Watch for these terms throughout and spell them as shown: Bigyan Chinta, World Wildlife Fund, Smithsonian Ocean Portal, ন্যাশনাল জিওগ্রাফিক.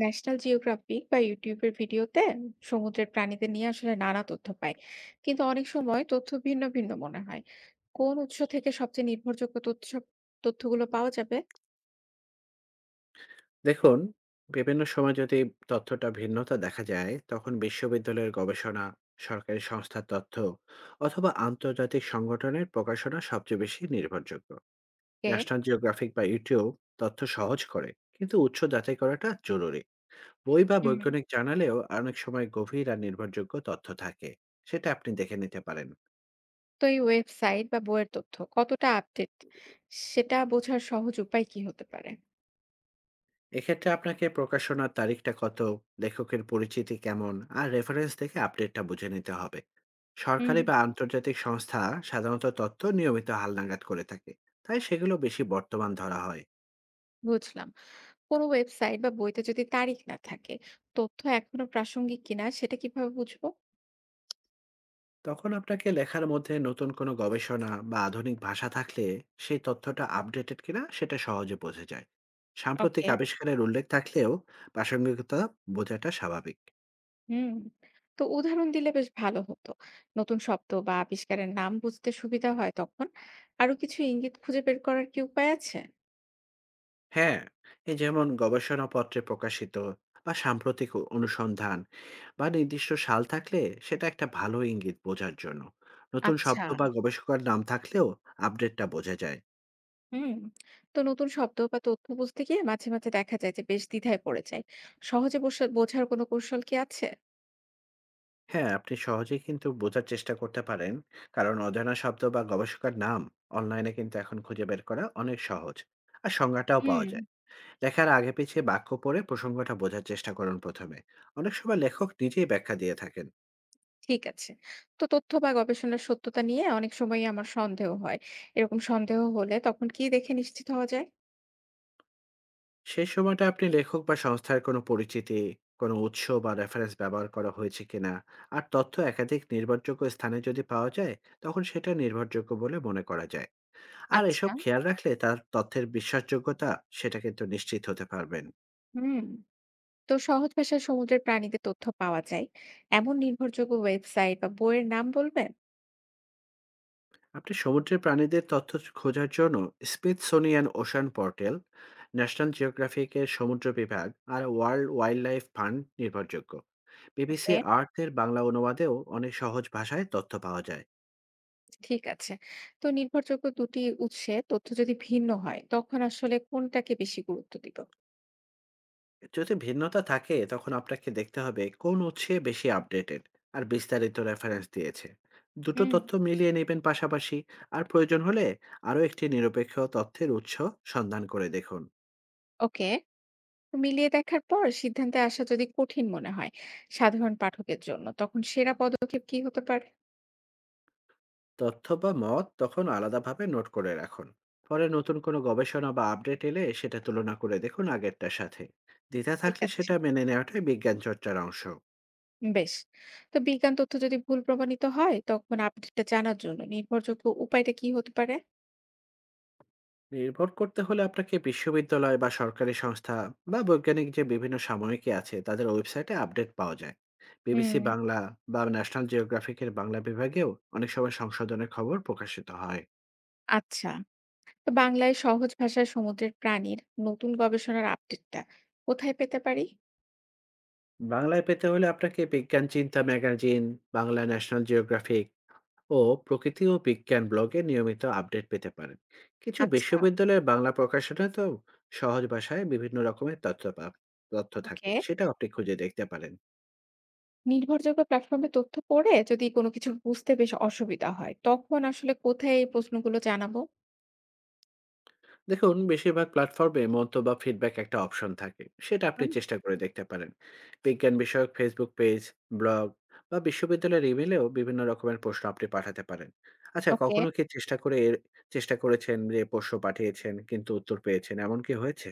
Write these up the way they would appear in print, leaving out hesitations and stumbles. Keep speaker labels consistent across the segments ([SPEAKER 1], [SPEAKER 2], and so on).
[SPEAKER 1] ন্যাশনাল জিওগ্রাফিক বা ইউটিউবের ভিডিওতে সমুদ্রের প্রাণীদের নিয়ে আসলে নানা তথ্য পাই, কিন্তু অনেক সময় তথ্য ভিন্ন ভিন্ন মনে হয়। কোন উৎস থেকে সবচেয়ে নির্ভরযোগ্য তথ্য, তথ্যগুলো পাওয়া যাবে?
[SPEAKER 2] দেখুন, বিভিন্ন সময় যদি তথ্যটা ভিন্নতা দেখা যায়, তখন বিশ্ববিদ্যালয়ের গবেষণা, সরকারি সংস্থার তথ্য অথবা আন্তর্জাতিক সংগঠনের প্রকাশনা সবচেয়ে বেশি নির্ভরযোগ্য।
[SPEAKER 1] কে?
[SPEAKER 2] ন্যাশনাল জিওগ্রাফিক বা ইউটিউব তথ্য সহজ করে, কিন্তু উৎস যাচাই করাটা জরুরি। বই বা
[SPEAKER 1] হুম।
[SPEAKER 2] বৈজ্ঞানিক জার্নালেও অনেক সময় গভীর আর নির্ভরযোগ্য তথ্য থাকে। সেটা আপনি দেখে নিতে পারেন।
[SPEAKER 1] তো এই ওয়েবসাইট বা বইয়ের তথ্য কতটা আপডেট, সেটা বোঝার সহজ উপায় কি হতে পারে?
[SPEAKER 2] এক্ষেত্রে আপনাকে প্রকাশনার তারিখটা কত, লেখকের পরিচিতি কেমন আর রেফারেন্স থেকে আপডেটটা বুঝে নিতে হবে।
[SPEAKER 1] হুম,
[SPEAKER 2] সরকারি বা আন্তর্জাতিক সংস্থা সাধারণত তথ্য নিয়মিত হালনাগাদ করে থাকে, তাই সেগুলো বেশি বর্তমান ধরা হয়।
[SPEAKER 1] বুঝলাম। কোনো ওয়েবসাইট বা বইতে যদি তারিখ না থাকে, তথ্য এখনো প্রাসঙ্গিক কিনা সেটা কিভাবে বুঝবো?
[SPEAKER 2] তখন আপনাকে লেখার মধ্যে নতুন কোনো গবেষণা বা আধুনিক ভাষা থাকলে সেই তথ্যটা আপডেটেড কিনা সেটা সহজে বোঝা যায়। সাম্প্রতিক
[SPEAKER 1] ওকে।
[SPEAKER 2] আবিষ্কারের উল্লেখ থাকলেও প্রাসঙ্গিকতা বোঝাটা স্বাভাবিক।
[SPEAKER 1] হুম। তো উদাহরণ দিলে বেশ ভালো হতো, নতুন শব্দ বা আবিষ্কারের নাম বুঝতে সুবিধা হয় তখন। আরো কিছু ইঙ্গিত খুঁজে বের করার কি উপায় আছে?
[SPEAKER 2] হ্যাঁ, এই যেমন গবেষণাপত্রে প্রকাশিত বা সাম্প্রতিক অনুসন্ধান বা নির্দিষ্ট সাল থাকলে সেটা একটা ভালো ইঙ্গিত বোঝার জন্য। নতুন
[SPEAKER 1] আচ্ছা।
[SPEAKER 2] শব্দ বা গবেষকের নাম থাকলেও আপডেটটা বোঝা যায়।
[SPEAKER 1] হুম। তো নতুন শব্দ বা তথ্য বুঝতে গিয়ে মাঝে মাঝে দেখা যায় যে বেশ দ্বিধায় পড়ে যায়। সহজে বোঝার কোনো কৌশল কি আছে?
[SPEAKER 2] হ্যাঁ, আপনি সহজেই কিন্তু বোঝার চেষ্টা করতে পারেন। কারণ অজানা শব্দ বা গবেষকের নাম অনলাইনে কিন্তু এখন খুঁজে বের করা অনেক সহজ। আর সংজ্ঞাটাও পাওয়া
[SPEAKER 1] হুম,
[SPEAKER 2] যায়। লেখার আগে পিছে বাক্য পড়ে প্রসঙ্গটা বোঝার চেষ্টা করুন ১ম এ। অনেক সময় লেখক নিজেই ব্যাখ্যা দিয়ে থাকেন।
[SPEAKER 1] ঠিক আছে। তো তথ্য বা গবেষণার সত্যতা নিয়ে অনেক সময় আমার সন্দেহ হয়। এরকম সন্দেহ হলে তখন কি দেখে নিশ্চিত হওয়া যায়?
[SPEAKER 2] সেই সময়টা আপনি লেখক বা সংস্থার কোনো পরিচিতি, কোনো উৎস বা রেফারেন্স ব্যবহার করা হয়েছে কিনা, আর তথ্য একাধিক নির্ভরযোগ্য স্থানে যদি পাওয়া যায়, তখন সেটা নির্ভরযোগ্য বলে মনে করা যায়। আর এসব
[SPEAKER 1] আচ্ছা।
[SPEAKER 2] খেয়াল রাখলে তার তথ্যের বিশ্বাসযোগ্যতা সেটা কিন্তু নিশ্চিত হতে পারবেন।
[SPEAKER 1] হুম। তো সহজ ভাষায় সমুদ্রের প্রাণীদের তথ্য পাওয়া যায় এমন নির্ভরযোগ্য ওয়েবসাইট বা বইয়ের নাম বলবেন?
[SPEAKER 2] আপনি সমুদ্রের প্রাণীদের তথ্য খোঁজার জন্য স্মিথসোনিয়ান ওশান পোর্টাল, ন্যাশনাল জিওগ্রাফিকের সমুদ্র বিভাগ আর ওয়ার্ল্ড ওয়াইল্ড লাইফ ফান্ড নির্ভরযোগ্য। বিবিসি
[SPEAKER 1] ওকে,
[SPEAKER 2] আর্থের বাংলা অনুবাদেও অনেক সহজ ভাষায় তথ্য পাওয়া যায়।
[SPEAKER 1] ঠিক আছে। তো নির্ভরযোগ্য দুটি উৎসে তথ্য যদি ভিন্ন হয়, তখন আসলে কোনটাকে বেশি গুরুত্ব দিব?
[SPEAKER 2] যদি ভিন্নতা থাকে তখন আপনাকে দেখতে হবে কোন উৎসে বেশি আপডেটেড আর বিস্তারিত রেফারেন্স দিয়েছে। দুটো
[SPEAKER 1] হুম।
[SPEAKER 2] তথ্য মিলিয়ে নেবেন পাশাপাশি আর প্রয়োজন হলে আরও একটি নিরপেক্ষ তথ্যের উৎস সন্ধান করে দেখুন।
[SPEAKER 1] ওকে। মিলিয়ে দেখার পর সিদ্ধান্তে আসা যদি কঠিন মনে হয়, সাধারণ পাঠকের জন্য তখন সেরা পদক্ষেপ কি হতে পারে?
[SPEAKER 2] তথ্য বা মত তখন আলাদাভাবে নোট করে রাখুন। পরে নতুন কোনো গবেষণা বা আপডেট এলে সেটা তুলনা করে দেখুন আগেরটার সাথে। দ্বিধা
[SPEAKER 1] ঠিক
[SPEAKER 2] থাকলে
[SPEAKER 1] আছে,
[SPEAKER 2] সেটা মেনে নেওয়াটাই বিজ্ঞান চর্চার অংশ।
[SPEAKER 1] বেশ। তো বিজ্ঞান তথ্য যদি ভুল প্রমাণিত হয়, তখন আপডেটটা জানার জন্য নির্ভরযোগ্য উপায়টা কি হতে পারে?
[SPEAKER 2] নির্ভর করতে হলে আপনাকে বিশ্ববিদ্যালয় বা সরকারি সংস্থা বা বৈজ্ঞানিক যে বিভিন্ন সাময়িকী আছে তাদের ওয়েবসাইটে আপডেট পাওয়া যায়। বিবিসি
[SPEAKER 1] হুম।
[SPEAKER 2] বাংলা বা ন্যাশনাল জিওগ্রাফিকের বাংলা বিভাগেও অনেক সময় সংশোধনের খবর প্রকাশিত হয়।
[SPEAKER 1] আচ্ছা। তো বাংলায় সহজ ভাষায় সমুদ্রের প্রাণীর নতুন গবেষণার আপডেটটা কোথায় পেতে পারি?
[SPEAKER 2] বাংলায় পেতে হলে আপনাকে বিজ্ঞান চিন্তা ম্যাগাজিন, বাংলা ন্যাশনাল জিওগ্রাফিক ও প্রকৃতি ও বিজ্ঞান ব্লগে নিয়মিত আপডেট পেতে পারেন। কিছু
[SPEAKER 1] আচ্ছা।
[SPEAKER 2] বিশ্ববিদ্যালয়ের বাংলা প্রকাশনে তো সহজ ভাষায় বিভিন্ন রকমের তথ্য থাকে,
[SPEAKER 1] ওকে।
[SPEAKER 2] সেটাও আপনি খুঁজে দেখতে পারেন।
[SPEAKER 1] নির্ভরযোগ্য প্ল্যাটফর্মে তথ্য পড়ে যদি কোনো কিছু বুঝতে বেশ অসুবিধা হয়, তখন আসলে কোথায় এই প্রশ্নগুলো জানাবো?
[SPEAKER 2] দেখুন, বেশিরভাগ প্ল্যাটফর্মে মন্তব্য বা ফিডব্যাক একটা অপশন থাকে, সেটা আপনি
[SPEAKER 1] হুম।
[SPEAKER 2] চেষ্টা করে দেখতে পারেন। বিজ্ঞান বিষয়ক ফেসবুক পেজ, ব্লগ বা বিশ্ববিদ্যালয়ের ইমেলেও বিভিন্ন রকমের প্রশ্ন আপনি পাঠাতে পারেন। আচ্ছা,
[SPEAKER 1] ওকে।
[SPEAKER 2] কখনো কি চেষ্টা করে চেষ্টা করেছেন যে প্রশ্ন পাঠিয়েছেন কিন্তু উত্তর পেয়েছেন, এমন কি হয়েছে?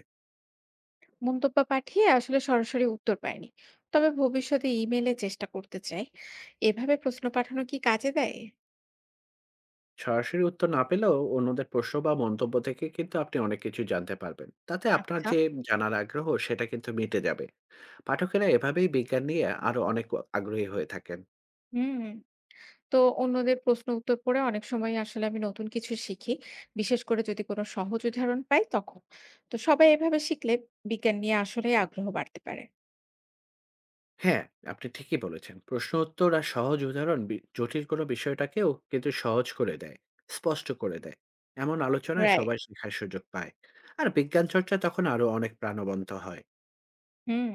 [SPEAKER 1] মন্তব্য পাঠিয়ে আসলে সরাসরি উত্তর পাইনি, তবে ভবিষ্যতে ইমেলে চেষ্টা করতে চাই। এভাবে প্রশ্ন পাঠানো কি কাজে দেয়?
[SPEAKER 2] সরাসরি উত্তর না পেলেও অন্যদের প্রশ্ন বা মন্তব্য থেকে কিন্তু আপনি অনেক কিছু জানতে পারবেন, তাতে আপনার
[SPEAKER 1] আচ্ছা।
[SPEAKER 2] যে জানার আগ্রহ সেটা কিন্তু মিটে যাবে। পাঠকেরা এভাবেই বিজ্ঞান নিয়ে আরো অনেক আগ্রহী হয়ে থাকেন।
[SPEAKER 1] হুম। তো অন্যদের প্রশ্ন উত্তর পড়ে অনেক সময় আসলে আমি নতুন কিছু শিখি, বিশেষ করে যদি কোনো সহজ উদাহরণ পাই তখন। তো সবাই এভাবে শিখলে বিজ্ঞান নিয়ে আসলেই আগ্রহ বাড়তে পারে।
[SPEAKER 2] হ্যাঁ, আপনি ঠিকই বলেছেন। প্রশ্ন উত্তর আর সহজ উদাহরণ জটিল কোনো বিষয়টাকেও কিন্তু সহজ করে দেয়, স্পষ্ট করে দেয়। এমন আলোচনায়
[SPEAKER 1] রাইট।
[SPEAKER 2] সবাই শেখার সুযোগ পায়। আর বিজ্ঞান চর্চা তখন আরো অনেক প্রাণবন্ত হয়।
[SPEAKER 1] হুম,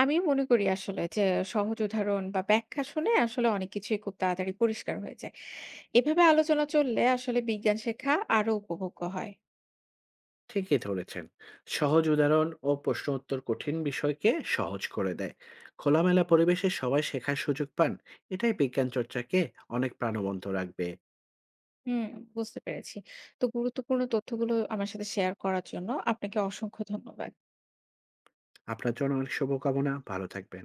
[SPEAKER 1] আমিও মনে করি আসলে যে সহজ উদাহরণ বা ব্যাখ্যা শুনে আসলে অনেক কিছুই খুব তাড়াতাড়ি পরিষ্কার হয়ে যায়। এভাবে আলোচনা চললে আসলে বিজ্ঞান শেখা আরো উপভোগ্য হয়।
[SPEAKER 2] ঠিকই ধরেছেন। সহজ উদাহরণ ও প্রশ্ন উত্তর কঠিন বিষয়কে সহজ করে দেয়। খোলামেলা পরিবেশে সবাই শেখার সুযোগ পান। এটাই বিজ্ঞান চর্চাকে অনেক প্রাণবন্ত রাখবে।
[SPEAKER 1] হুম, বুঝতে পেরেছি। তো গুরুত্বপূর্ণ তথ্যগুলো আমার সাথে শেয়ার করার জন্য আপনাকে অসংখ্য ধন্যবাদ।
[SPEAKER 2] আপনার জন্য অনেক শুভকামনা। ভালো থাকবেন।